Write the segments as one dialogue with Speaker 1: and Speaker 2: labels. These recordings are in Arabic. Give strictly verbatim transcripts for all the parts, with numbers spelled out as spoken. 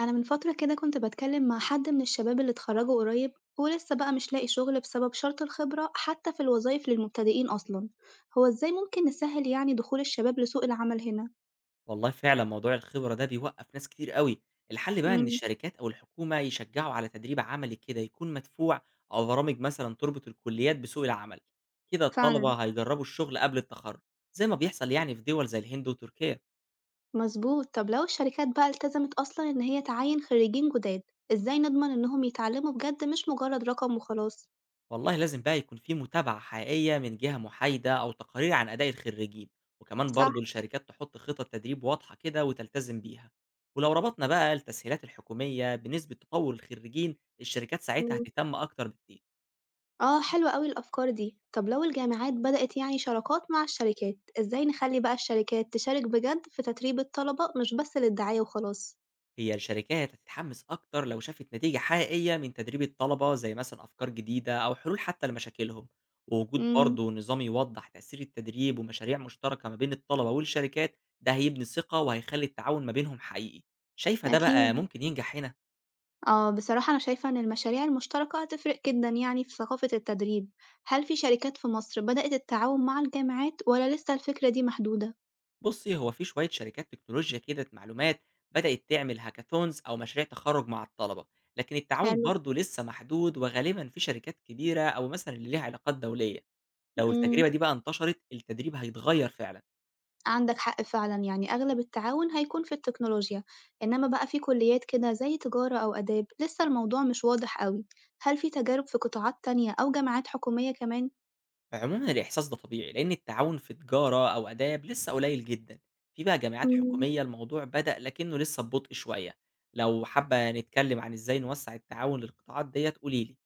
Speaker 1: أنا من فترة كده كنت بتكلم مع حد من الشباب اللي اتخرجوا قريب ولسه بقى مش لاقي شغل بسبب شرط الخبرة حتى في الوظايف للمبتدئين أصلا. هو إزاي ممكن نسهل يعني دخول الشباب لسوق العمل هنا؟
Speaker 2: والله فعلًا موضوع الخبرة ده بيوقّف ناس كتير أوي، الحل بقى إن إمم.
Speaker 1: امم
Speaker 2: الشركات أو الحكومة يشجعوا على تدريب عملي كده يكون مدفوع، أو برامج مثلًا تربط الكليات بسوق العمل، كده
Speaker 1: فعلا
Speaker 2: الطلبة هيجربوا الشغل قبل التخرج، زي ما بيحصل يعني في دول زي الهند وتركيا.
Speaker 1: مظبوط. طب لو الشركات بقى التزمت أصلا إن هي تعين خريجين جداد، إزاي نضمن إنهم يتعلموا بجد مش مجرد رقم وخلاص؟
Speaker 2: والله لازم بقى يكون في متابعة حقيقية من جهة محايدة أو تقارير عن أداء الخريجين، وكمان
Speaker 1: صح.
Speaker 2: برضه الشركات تحط خطط تدريب واضحة كده وتلتزم بيها، ولو ربطنا بقى التسهيلات الحكومية بنسبة تطوّر الخريجين، الشركات ساعتها هتهتم أكتر بكتير.
Speaker 1: آه، حلوة أوي الأفكار دي. طب لو الجامعات بدأت يعني شراكات مع الشركات، إزاي نخلي بقى الشركات تشارك بجد في تدريب الطلبة مش بس للدعاية وخلاص؟
Speaker 2: هي الشركات هتتحمس أكتر لو شافت نتيجة حقيقية من تدريب الطلبة زي مثلا أفكار جديدة أو حلول حتى لمشاكلهم، ووجود
Speaker 1: إمم،
Speaker 2: برضه نظام يوضح تأثير التدريب ومشاريع مشتركة ما بين الطلبة والشركات ده هيبني ثقة وهيخلي التعاون ما بينهم حقيقي. شايفة ده بقى
Speaker 1: أكيد.
Speaker 2: ممكن ينجح هنا.
Speaker 1: آه، بصراحة أنا شايفة إن المشاريع المشتركة هتفرق جدًا يعني في ثقافة التدريب. هل في شركات في مصر بدأت التعاون مع الجامعات ولا لسه الفكرة دي محدودة؟
Speaker 2: بصي، هو في شوية شركات تكنولوجيا كده معلومات بدأت تعمل هاكاثونز أو مشاريع تخرج مع الطلبة، لكن التعاون
Speaker 1: حلو.
Speaker 2: برضه لسه محدود وغالبا في شركات كبيرة أو مثلا اللي ليها علاقات دولية. لو
Speaker 1: إمم،
Speaker 2: التجربة دي بقى انتشرت، التدريب هيتغيّر فعلًا.
Speaker 1: عندك حق فعلًا، يعني أغلب التعاون هيكون في التكنولوجيا، إنما بقى في كليات كده زي تجارة أو آداب لسه الموضوع مش واضح أوي، هل في تجارب في قطاعات تانية أو جامعات حكومية كمان؟
Speaker 2: عمومًا الإحساس ده طبيعي، لإن التعاون في تجارة أو آداب لسه قليل جدًا. في بقى جامعات
Speaker 1: إمم.
Speaker 2: حكومية الموضوع بدأ لكنه لسه ببطء شوية. لو حابة نتكلم عن إزاي نوسّع التعاون للقطاعات ديّة قولي لي.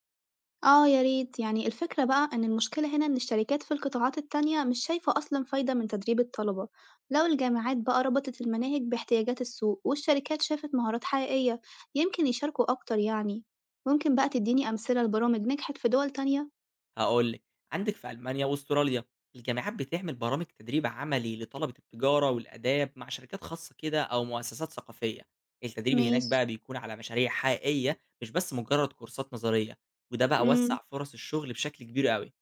Speaker 1: آه يا ريت، يعني الفكرة بقى إن المشكلة هنا إن الشركات في القطاعات التانية مش شايفة أصلًا فايدة من تدريب الطلبة، لو الجامعات بقى ربطت المناهج باحتياجات السوق والشركات شافت مهارات حقيقية يمكن يشاركوا أكتر يعني، ممكن بقى تديني أمثلة لبرامج نجحت في دول تانية؟
Speaker 2: هاقول لِك، عندِك في ألمانيا وأستراليا الجامعات بتعمل برامج تدريب عملي لطلبة التجارة والآداب مع شركات خاصة كده أو مؤسسات ثقافية، التدريب هناك
Speaker 1: ماشي.
Speaker 2: بقى بيكون على مشاريع حقيقية مش بس مجرد كورسات نظرية، وده بقى
Speaker 1: إمم،
Speaker 2: وسّع فرص الشغل بشكل كبير أوي.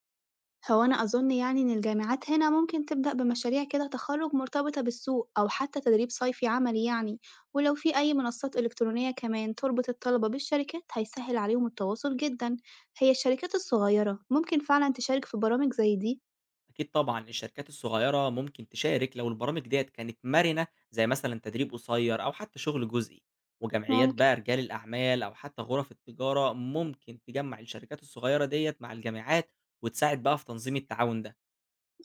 Speaker 1: هو أنا أظن يعني إن الجامعات هنا ممكن تبدأ بمشاريع كده تخرُّج مرتبطة بالسوق أو حتى تدريب صيفي عملي يعني، ولو في أي منصات إلكترونية كمان تربط الطلبة بالشركات هيسهِّل عليهم التواصل جدًا. هي الشركات الصغيرة ممكن فعلًا تشارك في برامج زي دي؟
Speaker 2: أكيد طبعًا، الشركات الصغيرة ممكن تشارك لو البرامج ديّة كانت مرنة، زي مثلًا تدريب قصير أو حتى شغل جزئي، وجمعيات
Speaker 1: ممكن.
Speaker 2: بقى رجال الأعمال أو حتى غرف التجارة ممكن تجمّع الشركات الصغيرة ديّة مع الجامعات، وتساعد بقى في تنظيم التعاون ده.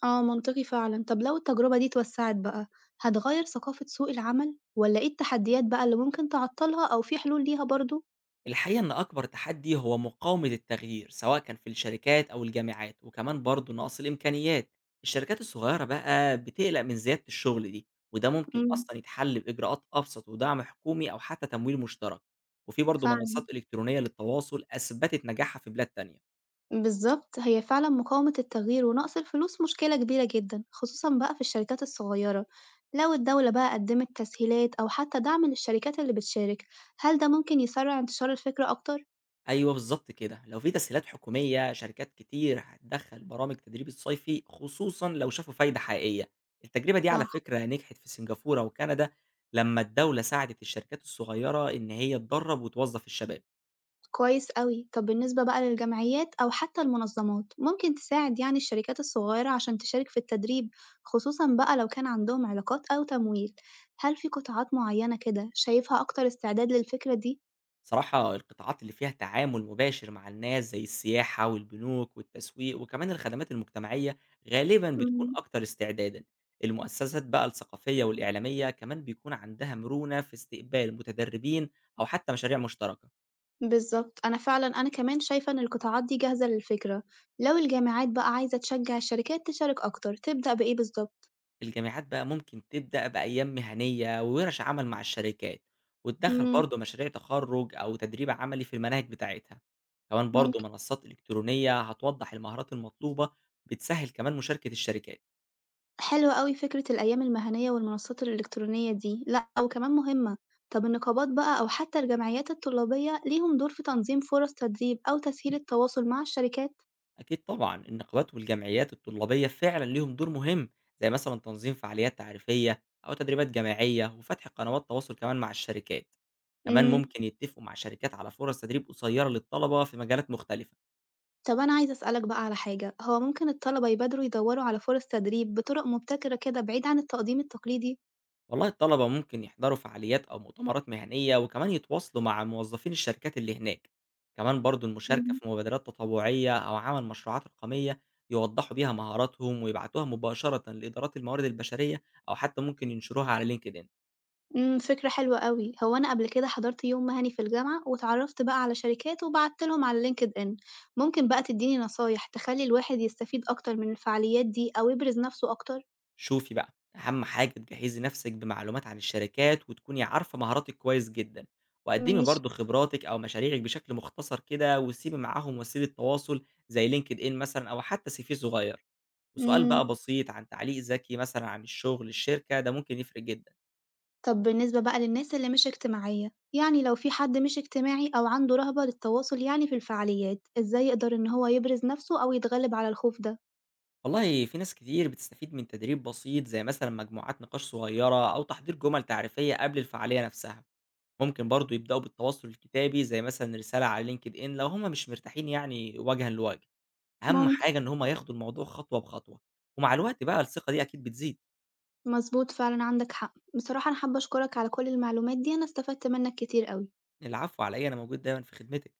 Speaker 1: آه منطقي فعلًا. طب لو التجربة دي اتوسّعت بقى، هتغيّر ثقافة سوق العمل والّا إيه التحديات بقى اللي ممكن تعطّلها أو في حلول ليها برضه؟
Speaker 2: الحقيقة إن أكبر تحدي هو مقاومة التغيير سواء كان في الشركات أو الجامعات وكمان برضه نقص الإمكانيات، الشركات الصغيرة بقى بتقلق من زيادة الشغل دي، وده ممكن
Speaker 1: إمم،
Speaker 2: أصلا يتحل بإجراءات أبسط ودعم حكومي أو حتى تمويل مشترك، وفي برضه
Speaker 1: فعلًا.
Speaker 2: منصات إلكترونية للتواصل أثبتت نجاحها في بلاد تانية.
Speaker 1: بالضبط، هي فعلًا مقاومة التغيير ونقص الفلوس مشكلة كبيرة جدًا، خصوصًا بقى في الشركات الصغيرة. لو الدولة بقى قدمت تسهيلات أو حتى دعم للشركات اللي بتشارك، هل ده ممكن يسرع انتشار الفكرة أكتر؟
Speaker 2: أيوه بالضبط كده، لو في تسهيلات حكومية شركات كتير هتدخّل برامج تدريب الصيفي خصوصًا لو شافوا فايدة حقيقية، التجربة دي على
Speaker 1: صح.
Speaker 2: فكرة نجحت في سنغافورة وكندا لمّا الدولة ساعدت الشركات الصغيرة إن هي تدرّب وتوظّف الشباب.
Speaker 1: كويس أوي. طب بالنسبة بقى للجمعيات أو حتى المنظمات، ممكن تساعد يعني الشركات الصغيرة عشان تشارك في التدريب، خصوصًا بقى لو كان عندهم علاقات أو تمويل. هل في قطاعات معينة كده شايفها أكتر استعداد للفكرة دي؟
Speaker 2: صراحة القطاعات اللي فيها تعامل مباشر مع الناس زي السياحة والبنوك والتسويق وكمان الخدمات المجتمعية غالبًا بتكون
Speaker 1: إمم.
Speaker 2: أكتر استعدادًا، المؤسسات بقى الثقافية والإعلامية كمان بيكون عندها مرونة في استقبال متدربين أو حتى مشاريع مشتركة.
Speaker 1: بالضبط. أنا فعلًا أنا كمان شايفة إن القطاعات دي جاهزة للفكرة. لو الجامعات بقى عايزة تشجّع الشركات تشارك أكتر، تبدأ بإيه بالضبط؟
Speaker 2: الجامعات بقى ممكن تبدأ بأيام مهنية وورش عمل مع الشركات، وتدخل
Speaker 1: إمم،
Speaker 2: برضه مشاريع تخرج أو تدريب عملي في المناهج بتاعتها، كمان برضه
Speaker 1: ممكن.
Speaker 2: منصات إلكترونية هتوضح المهارات المطلوبة بتسهل كمان مشاركة الشركات.
Speaker 1: حلوة أوي فكرة الأيام المهنية والمنصات الإلكترونية دي، لأ وكمان مهمة. طَب النقابات بقى أو حتى الجمعيات الطلابية ليهم دور في تنظيم فرص تدريب أو تسهيل التواصل مع الشركات؟
Speaker 2: أكيد طبعا النقابات والجمعيات الطلابية فعلا ليهم دور مهم، زي مثلا تنظيم فعاليات تعريفية أو تدريبات جماعية وفتح قنوات تواصل كمان مع الشركات، كمان
Speaker 1: إمم.
Speaker 2: ممكن يتفقوا مع شركات على فرص تدريب قصيرة للطلبة في مجالات مختلفة.
Speaker 1: طَب أنا عايزة أسألك بقى على حاجة، هو ممكن الطلبة يبادروا يدوّروا على فرص تدريب بطُرق مبتكرة كده بعيد عن التقديم التقليدي؟
Speaker 2: والله الطلبة ممكن يحضروا فعاليات أو مؤتمرات مهنية وكمان يتواصلوا مع موظفين الشركات اللي هناك، كمان برضو المشاركة
Speaker 1: إمم.
Speaker 2: في مبادرات تطوعية أو عمل مشروعات رقمية يوضحوا بيها مهاراتهم ويبعتوها مباشرة لإدارات الموارد البشرية، أو حتى ممكن ينشروها على لينكدإن.
Speaker 1: إمم، فكرة حلوة أوي. هو أنا قبل كده حضرت يوم مهني في الجامعة، واتعرّفت بقى على شركات وبعتّ لهم على لينكد إن. ممكن بقى تدّيني نصايح تخلّي الواحد يستفيد أكتر من الفعاليات دي أو يبرز نَفْسه أكتر؟
Speaker 2: شوفي بقى أهم حاجة تجهزي نفسك بمعلومات عن الشركات وتكوني عارفة مهاراتك كويس جدا، وقدمي
Speaker 1: ماشي.
Speaker 2: برضو خبراتك أو مشاريعك بشكل مختصر كده وسيبي معاهم وسيلة تواصل زي لينكد إن مثلا أو حتى سي في صغير، وسؤال
Speaker 1: إمم.
Speaker 2: بقى بسيط عن تعليق ذكي مثلًا عن الشغل، الشركة، ده ممكن يفرق جدًا.
Speaker 1: طب بالنسبة بقى للناس اللي مش اجتماعية، يعني لو في حد مش اجتماعي أو عنده رهبة للتواصل يعني في الفعاليات، إزاي يقدر إن هو يبرز نَفْسه أو يتغلب على الخوف ده؟
Speaker 2: والله في ناس كتير بتستفيد من تدريب بسيط زي مثلًا مجموعات نقاش صغيرة أو تحضير جمل تعريفية قبل الفعالية نفسها. ممكن برضه يبدأوا بالتواصل الكتابي زي مثلًا رسالة على لينكد إن لو هم مش مرتاحين يعني وجهًا لوجه. أهم
Speaker 1: ممكن.
Speaker 2: حاجة إن هم ياخدوا الموضوع خطوة بخطوة، ومع الوقت بقى الثقة دي أكيد بتزيد.
Speaker 1: مضبوط فعلًا عندك حق. بصراحة أنا حابة أشكرك على كل المعلومات دي، أنا استفدت منّك كتير أوي.
Speaker 2: العفو على إيه، أنا موجود دايمًا في خدمتك.